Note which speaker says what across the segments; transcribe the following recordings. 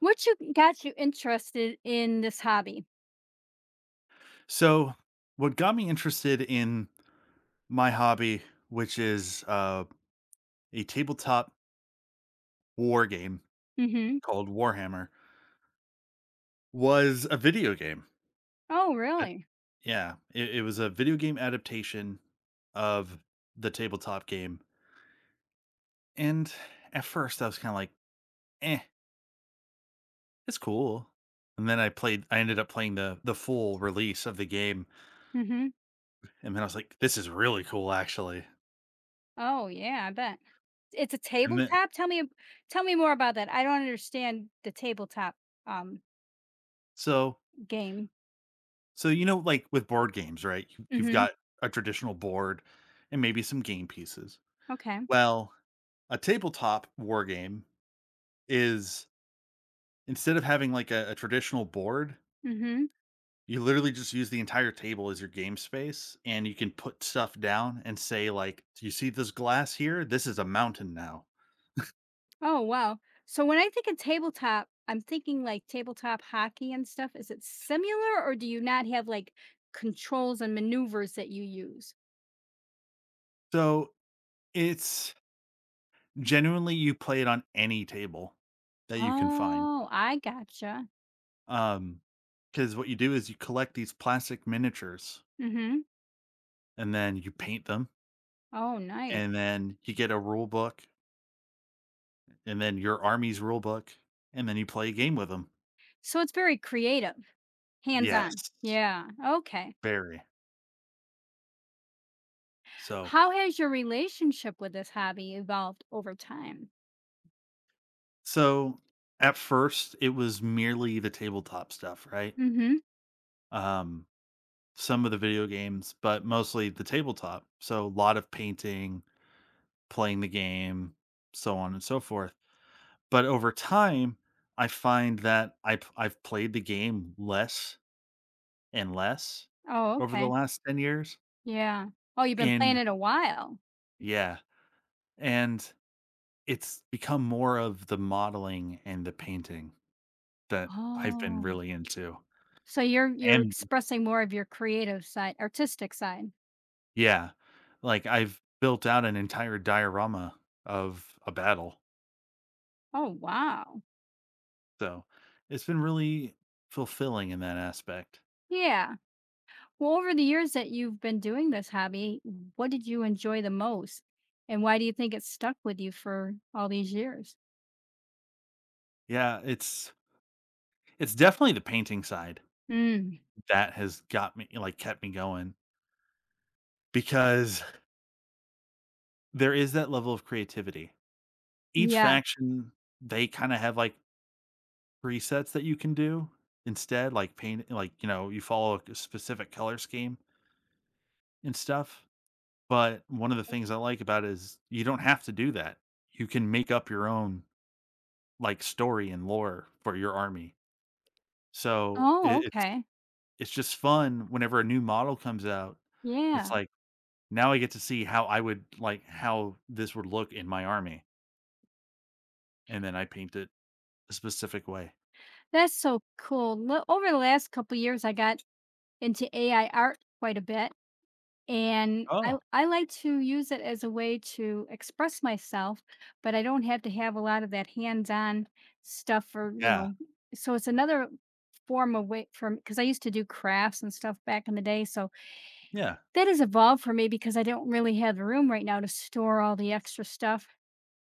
Speaker 1: What you got you interested in this hobby?
Speaker 2: So, what got me interested in my hobby, which is a tabletop war game
Speaker 1: Mhm.
Speaker 2: called Warhammer, was a video game.
Speaker 1: Oh,
Speaker 2: Uh,
Speaker 1: really?
Speaker 2: Yeah, it was a video game adaptation of the tabletop game. And at first, I was kind of like, eh, it's cool. And then I ended up playing the full release of the game.
Speaker 1: Mhm.
Speaker 2: And then I was like, this is really cool, actually.
Speaker 1: Oh, yeah, I bet. It's a
Speaker 2: And then,
Speaker 1: tabletop? Tell me more about that. I don't understand the tabletop, um,
Speaker 2: so
Speaker 1: game.
Speaker 2: So, you know, like with board games, right? You've
Speaker 1: Mhm.
Speaker 2: got a traditional board and maybe some game pieces.
Speaker 1: Okay.
Speaker 2: Well, a tabletop war game is instead of having like a traditional board,
Speaker 1: Mhm.
Speaker 2: you literally just use the entire table as your game space and you can put stuff down and say, like, "Do you see this glass here? This is a mountain now."
Speaker 1: Oh, wow. So when I think of tabletop, I'm thinking, like, tabletop hockey and stuff. Is it similar, or do you not have, like, controls and maneuvers that you use?
Speaker 2: So it's genuinely you play it on any table that you can find.
Speaker 1: Oh, I gotcha.
Speaker 2: Um, because what you do is you collect these plastic miniatures.
Speaker 1: Mhm.
Speaker 2: And then you paint them,
Speaker 1: Oh, nice.
Speaker 2: and then you get a rule book, and then your army's rule book, and then you play a game with them.
Speaker 1: So it's very creative.
Speaker 2: Yes,
Speaker 1: Hands-on. Yeah, okay.
Speaker 2: very. So
Speaker 1: How has your relationship with this hobby evolved over time?
Speaker 2: so at first, it was merely the tabletop stuff, right?
Speaker 1: Mhm.
Speaker 2: Um, some of the video games, but mostly the tabletop. So a lot of painting, playing the game, so on and so forth. But over time, I find that I've played the game less and less
Speaker 1: Oh,
Speaker 2: over the
Speaker 1: okay.
Speaker 2: last 10 years.
Speaker 1: Yeah. Oh, you've been playing
Speaker 2: And
Speaker 1: it a while.
Speaker 2: yeah, and it's become more of the modeling and the painting that I've been
Speaker 1: Oh.
Speaker 2: really into,
Speaker 1: So you're
Speaker 2: and
Speaker 1: expressing more of your creative side artistic side.
Speaker 2: yeah, like, I've built out an entire diorama of a battle,
Speaker 1: Oh, wow.
Speaker 2: so it's been really fulfilling in that aspect.
Speaker 1: Yeah. Well, over the years that you've been doing this hobby, what did you enjoy the most? And why do you think it stuck with you for all these years?
Speaker 2: Yeah, it's definitely the painting side
Speaker 1: Mm.
Speaker 2: that has kept me going because there is that level of creativity. Each
Speaker 1: Yeah.
Speaker 2: faction, they kinda have, like, presets that you can do instead, like paint like, you know, you follow a specific color scheme and stuff. But one of the things I like about it is you don't have to do that. You can make up your own like story and lore for your army. So
Speaker 1: Oh,
Speaker 2: it, it's
Speaker 1: okay.
Speaker 2: it's just fun whenever a new model comes out. It's
Speaker 1: Yeah.
Speaker 2: like now I get to see how I would like how this would look in my army. And then I paint it a specific way.
Speaker 1: That's so cool. Lo Over the last couple years, I got into AI art quite a bit, and I
Speaker 2: Oh.
Speaker 1: I like to use it as a way to express myself, but I don't have to have a lot of that hands-on stuff or,
Speaker 2: Yeah.
Speaker 1: so it's another form of way from because I used to do crafts and stuff back in the day, so
Speaker 2: Yeah.
Speaker 1: that has evolved for me because I don't really have the room right now to store all the extra stuff,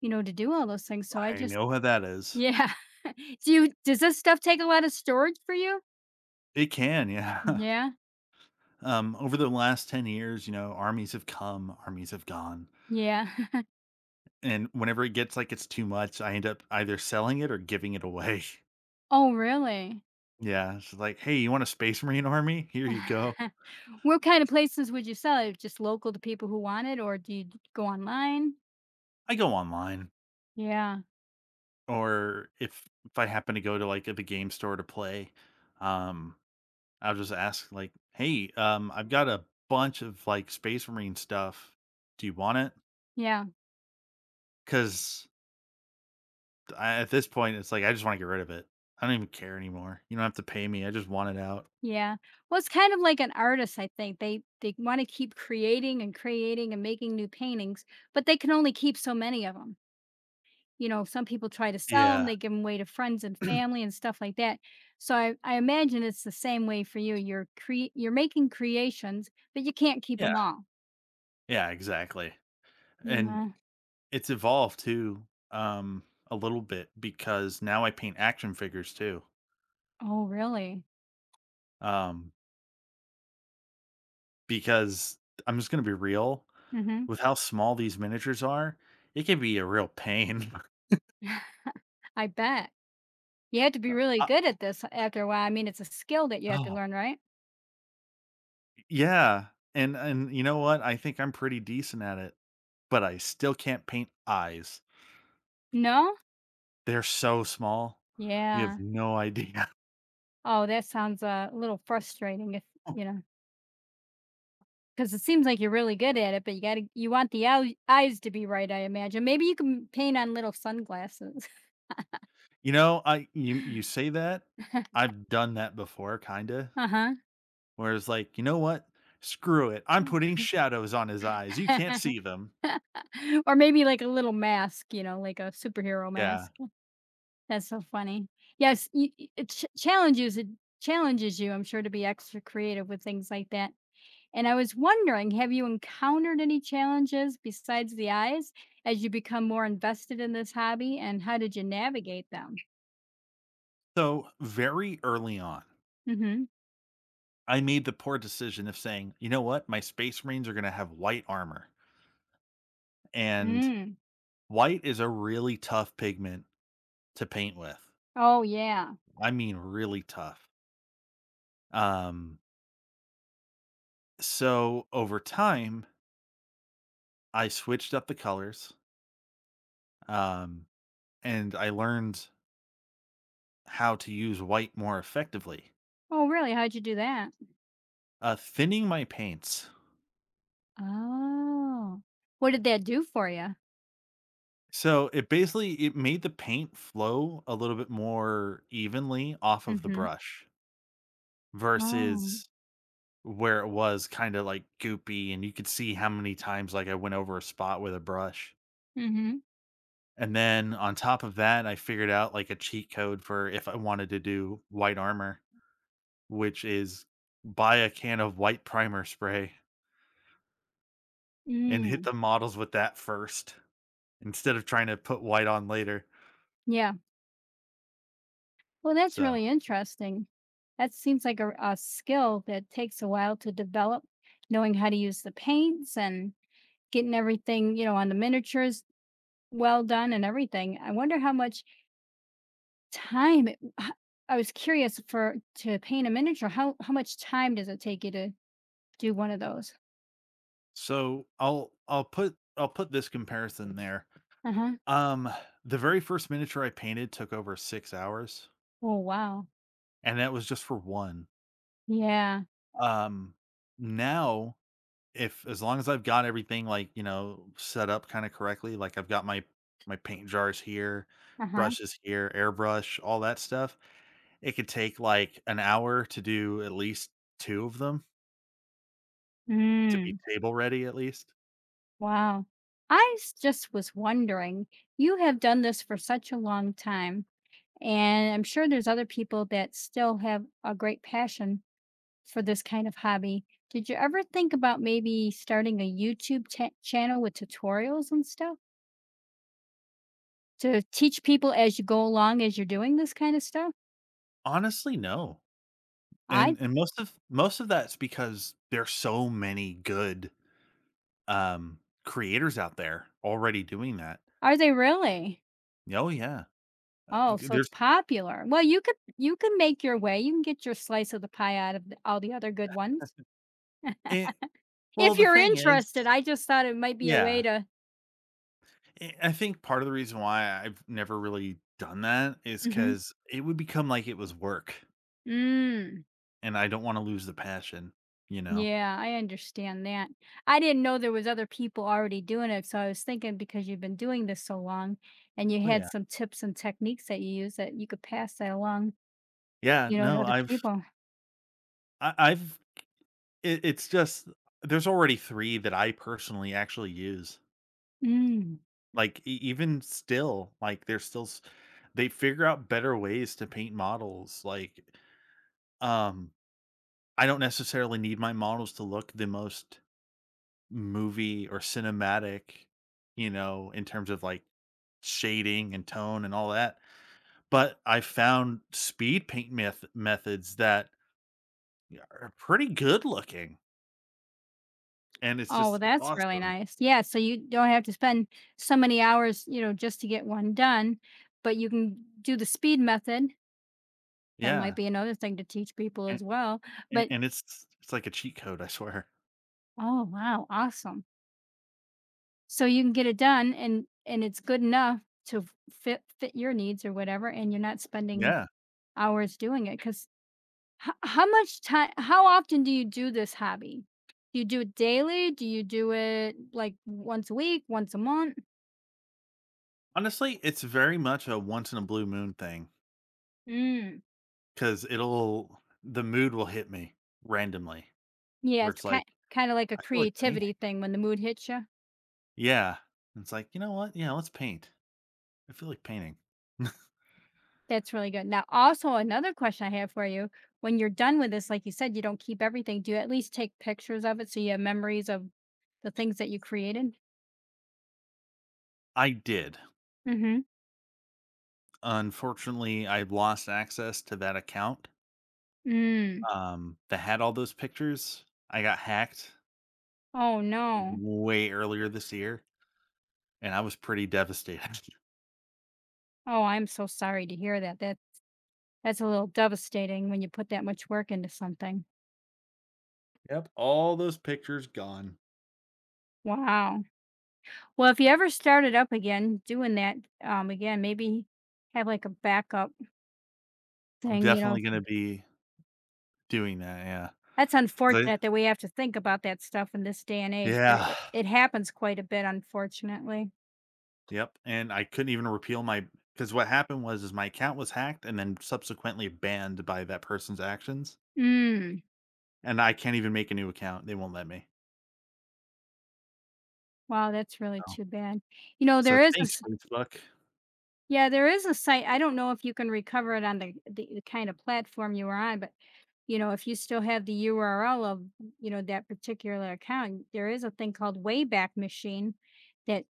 Speaker 1: to do all those things, so I
Speaker 2: I
Speaker 1: just
Speaker 2: know how that is.
Speaker 1: Yeah. Do you does this stuff take a lot of storage for you?
Speaker 2: It can, yeah.
Speaker 1: Yeah.
Speaker 2: Over the last 10 years, you know, armies have come, armies have gone.
Speaker 1: Yeah.
Speaker 2: And whenever it gets like it's too much, I end up either selling it or giving it away.
Speaker 1: Oh, really?
Speaker 2: Yeah. It's like, hey, you want a space marine army? Here you go.
Speaker 1: What kind of places would you sell it? Just local to people who want it, or do you d go online?
Speaker 2: I go online.
Speaker 1: Yeah.
Speaker 2: Or if I happen to go to like the game store to play, um, I'll just ask like, hey, I've got a bunch of like space marine stuff. Do you want it?
Speaker 1: Yeah.
Speaker 2: Because at this point, it's like I just want to get rid of it. I don't even care anymore. You don't have to pay me. I just want it out.
Speaker 1: Yeah. Well, it's kind of like an artist, I think. They wanna keep creating and creating and making new paintings, but they can only keep so many of them. You know, some people try to sell them;
Speaker 2: Yeah.
Speaker 1: they give them away to friends and family and stuff like that. So I imagine it's the same way for you. You're making creations, but you can't keep them
Speaker 2: Yeah.
Speaker 1: all,
Speaker 2: Yeah, exactly.
Speaker 1: you
Speaker 2: And
Speaker 1: know?
Speaker 2: it's evolved too, um, a little bit because now I paint action figures too.
Speaker 1: Oh, really?
Speaker 2: Um, because I'm just gonna be real,
Speaker 1: Mhm.
Speaker 2: with how small these miniatures are, it can be a real pain.
Speaker 1: I bet. You had to be
Speaker 2: Uh,
Speaker 1: really
Speaker 2: uh,
Speaker 1: good at this after a while. I mean, it's a skill that you have to
Speaker 2: oh,
Speaker 1: learn, right?
Speaker 2: yeah, and you know what? I think I'm pretty decent at it, but I still can't paint eyes.
Speaker 1: No?
Speaker 2: They're so small. You have
Speaker 1: Yeah.
Speaker 2: no idea.
Speaker 1: Oh, that sounds a little frustrating if, you know, because it seems like you're really good at it, but you got to, you want the eyes to be right, I imagine. Maybe you can paint on little sunglasses.
Speaker 2: You know, I you say that, I've done that before kinda,
Speaker 1: uh huh.
Speaker 2: where it's like, "You know what? Screw it, I'm putting shadows on his eyes, you can't see them."
Speaker 1: Or maybe like a little mask, you know, like a superhero
Speaker 2: Yeah.
Speaker 1: mask. That's so funny. Yes, it challenges you, I'm sure, to be extra creative with things like that. And I was wondering, have you encountered any challenges besides the eyes as you become more invested in this hobby, and how did you navigate them?
Speaker 2: So, very early on,
Speaker 1: Mhm.
Speaker 2: I made the poor decision of saying, "You know what? My space marines are gonna have white armor," and
Speaker 1: Mm.
Speaker 2: white is a really tough pigment to paint with.
Speaker 1: Oh, yeah.
Speaker 2: I mean, really tough. Um, so over time, I switched up the colors, um, and I learned how to use white more effectively.
Speaker 1: Oh, really? How'd you do that?
Speaker 2: Thinning my paints.
Speaker 1: Oh. What did that do for you?
Speaker 2: So it made the paint flow a little bit more evenly off of the
Speaker 1: Mhm.
Speaker 2: brush
Speaker 1: Oh.
Speaker 2: versus where it was kind of like goopy and you could see how many times like I went over a spot with a brush.
Speaker 1: Mhm.
Speaker 2: And then on top of that, I figured out like a cheat code for if I wanted to do white armor, which is buy a can of white primer spray and hit
Speaker 1: Mm.
Speaker 2: the models with that first, instead of trying to put white on later.
Speaker 1: Yeah. Well, that's
Speaker 2: So
Speaker 1: really interesting. That seems like a skill that takes a while to develop, knowing how to use the paints and getting everything, you know, on the miniatures well done and everything. I wonder how much time it, h- I was curious for to paint a miniature. How much time does it take you to do one of those?
Speaker 2: so I'll put this comparison there.
Speaker 1: Uh-huh.
Speaker 2: Um the very first miniature I painted took over 6 hours,
Speaker 1: Oh wow.
Speaker 2: and that was just for one.
Speaker 1: Yeah.
Speaker 2: Um Now if as long as I've got everything like, you know, set up kind of correctly, like I've got my paint jars here,
Speaker 1: Uh-huh.
Speaker 2: brushes here, airbrush, all that stuff, it could take like an hour to do at least two of them to be
Speaker 1: Mm.
Speaker 2: table ready at least.
Speaker 1: Wow. Just was wondering, you have done this for such a long time, and I'm sure there's other people that still have a great passion for this kind of hobby. Did you ever think about maybe starting a YouTube channel with tutorials and stuff? To teach people as you go along as you're doing this kinda stuff?
Speaker 2: Honestly, no.
Speaker 1: I
Speaker 2: And most of Most of that's because there's so many good, creators out there already doing that.
Speaker 1: Are they really?
Speaker 2: Oh, yeah.
Speaker 1: Oh,
Speaker 2: G
Speaker 1: so it's
Speaker 2: there's
Speaker 1: popular. Well, you can make your way, you can get your slice of the pie out of the all the other good ones.
Speaker 2: eh Well,
Speaker 1: If
Speaker 2: the
Speaker 1: you're
Speaker 2: thing is,
Speaker 1: interested, I just thought it might be a way
Speaker 2: yeah.
Speaker 1: to
Speaker 2: I think part of the reason why I've never really done that is
Speaker 1: Mhm.
Speaker 2: because it would become like it was work,
Speaker 1: Mm.
Speaker 2: and I don't wanna lose the passion, you know?
Speaker 1: Yeah, I understand that. I didn't know there was other people already doing it, so I was thinking because you've been doing this so long and you
Speaker 2: Oh,
Speaker 1: had
Speaker 2: yeah.
Speaker 1: some tips and techniques that you use that you could pass that along,
Speaker 2: Yeah,
Speaker 1: you know, to
Speaker 2: no,
Speaker 1: other
Speaker 2: I've
Speaker 1: people.
Speaker 2: I I've, it it's just there's already 3 that I personally actually use.
Speaker 1: Mm.
Speaker 2: Like, e even still, like, they're still s they figure out better ways to paint models, like, um, I don't necessarily need my models to look the most movie or cinematic, you know, in terms of, like, shading and tone and all that, but I found speed paint methods that are pretty good looking, and
Speaker 1: Oh, well,
Speaker 2: it's
Speaker 1: that's really
Speaker 2: awesome.
Speaker 1: nice. Yeah, so you don't have to spend so many hours, you know, just to get one done, but you can do the speed method. That might
Speaker 2: Yeah,
Speaker 1: be another thing to teach people
Speaker 2: and
Speaker 1: as well. But
Speaker 2: and it's like a cheat code, I swear.
Speaker 1: oh wow, awesome. So you can get it done and it's good enough to fit your needs or whatever and you're not spending
Speaker 2: Yeah.
Speaker 1: hours doing it cuz how, much time how often do you do this hobby? Do you do it daily? Do you do it like once a week, once a month?
Speaker 2: Honestly, it's very much a once in a blue moon thing,
Speaker 1: Mm.
Speaker 2: because 'cause it'll the mood will hit me randomly
Speaker 1: Yeah,
Speaker 2: where
Speaker 1: it's
Speaker 2: it's like,
Speaker 1: kind of like a
Speaker 2: "I feel like painting."
Speaker 1: creativity thing when the mood hits you.
Speaker 2: Yeah. And it's like, "You know what? Yeah, let's paint. I feel like painting."
Speaker 1: That's really good. Now, also another question I have for you: when you're done with this, like you said, you don't keep everything. Do you at least take pictures of it so you have memories of the things that you created?
Speaker 2: I did.
Speaker 1: Mm-hmm.
Speaker 2: Unfortunately, I lost access to that account,
Speaker 1: Mm.
Speaker 2: that had all those pictures. I got hacked
Speaker 1: Oh no.
Speaker 2: way earlier this year, and I was pretty devastated.
Speaker 1: Oh, I'm so sorry to hear that. That's a little devastating when you put that much work into something.
Speaker 2: Yep, all those pictures gone.
Speaker 1: Wow. Well, if you ever started up again doing that, again, maybe have like a backup
Speaker 2: I'm
Speaker 1: thing, you know,
Speaker 2: definitely gonna be doing that, yeah.
Speaker 1: that's
Speaker 2: 'Cause
Speaker 1: unfortunate that we have to think about that stuff in this day and age, but
Speaker 2: yeah.
Speaker 1: it happens quite a bit, unfortunately.
Speaker 2: Yep, and I couldn't even repeal my because what happened was is my account was hacked and then subsequently banned by that person's actions,
Speaker 1: Mm.
Speaker 2: and I can't even make a new account, they won't let me.
Speaker 1: Wow, that's really
Speaker 2: So
Speaker 1: too bad. You know,
Speaker 2: so
Speaker 1: there is a
Speaker 2: thanks,
Speaker 1: s
Speaker 2: Facebook.
Speaker 1: Yeah, there is a site I don't know if you can recover it on the kind of platform you were on, but, you know, if you still have the URL of, you know, that particular account, there is a thing called Wayback Machine that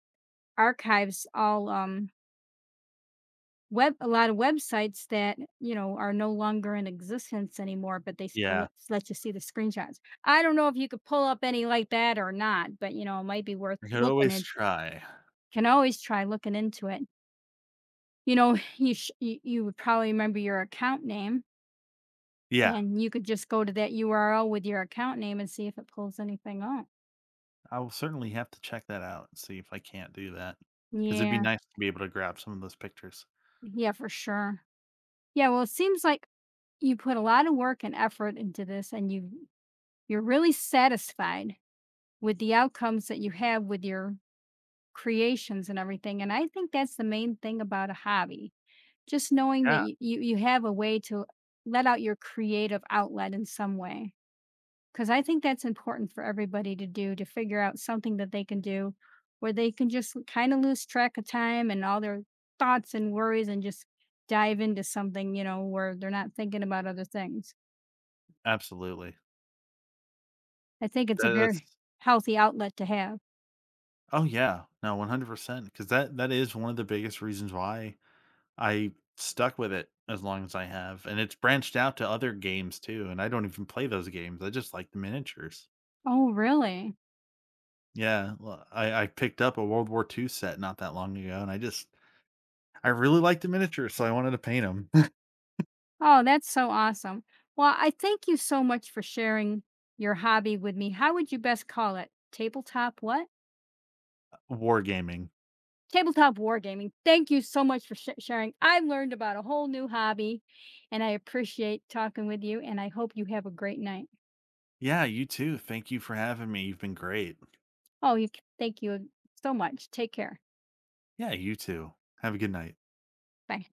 Speaker 1: archives all, web a lot of websites that, you know, are no longer in existence anymore, but they still
Speaker 2: Yeah,
Speaker 1: let you see the screenshots. I don't know if you could pull up any like that or not, but you know, it might be worth
Speaker 2: I could
Speaker 1: looking
Speaker 2: always
Speaker 1: at.
Speaker 2: try.
Speaker 1: Can always try looking into it. You know, you would probably remember your account name,
Speaker 2: Yeah,
Speaker 1: and you could just go to that URL with your account name and see if it pulls anything up.
Speaker 2: I will certainly have to check that out and see if I can't do that. Because 'cause it'd be
Speaker 1: Yeah,
Speaker 2: nice to be able to grab some of those pictures.
Speaker 1: yeah, for sure. Yeah, well, it seems like you put a lot of work and effort into this, and you're really satisfied with the outcomes that you have with your creations and everything. And I think that's the main thing about a hobby. Just knowing that
Speaker 2: Yeah,
Speaker 1: you have a way to let out your creative outlet in some way. Because I think that's important for everybody to do to figure out something that they can do where they can just kind of lose track of time and all their thoughts and worries and just dive into something, you know, where they're not thinking about other things.
Speaker 2: absolutely.
Speaker 1: I think it's
Speaker 2: That
Speaker 1: a
Speaker 2: that's
Speaker 1: very healthy outlet to have.
Speaker 2: Oh, yeah. No, 100%, because that is one of the biggest reasons why I stuck with it as long as I have, and it's branched out to other games too, and I don't even play those games. I just like the miniatures.
Speaker 1: Oh, really?
Speaker 2: Yeah, well, I picked up a World War II set not that long ago, and I really liked the miniatures, so I wanted to paint them.
Speaker 1: Oh, that's so awesome. Well, I thank you so much for sharing your hobby with me. How would you best call it? Tabletop what?
Speaker 2: Wargaming.
Speaker 1: Tabletop wargaming. Thank you so much for sharing. I learned about a whole new hobby and I appreciate talking with you and I hope you have a great night.
Speaker 2: Yeah, you too. Thank you for having me. You've been great.
Speaker 1: Oh, you thank you so much. Take care.
Speaker 2: Yeah, you too. Have a good night.
Speaker 1: Bye.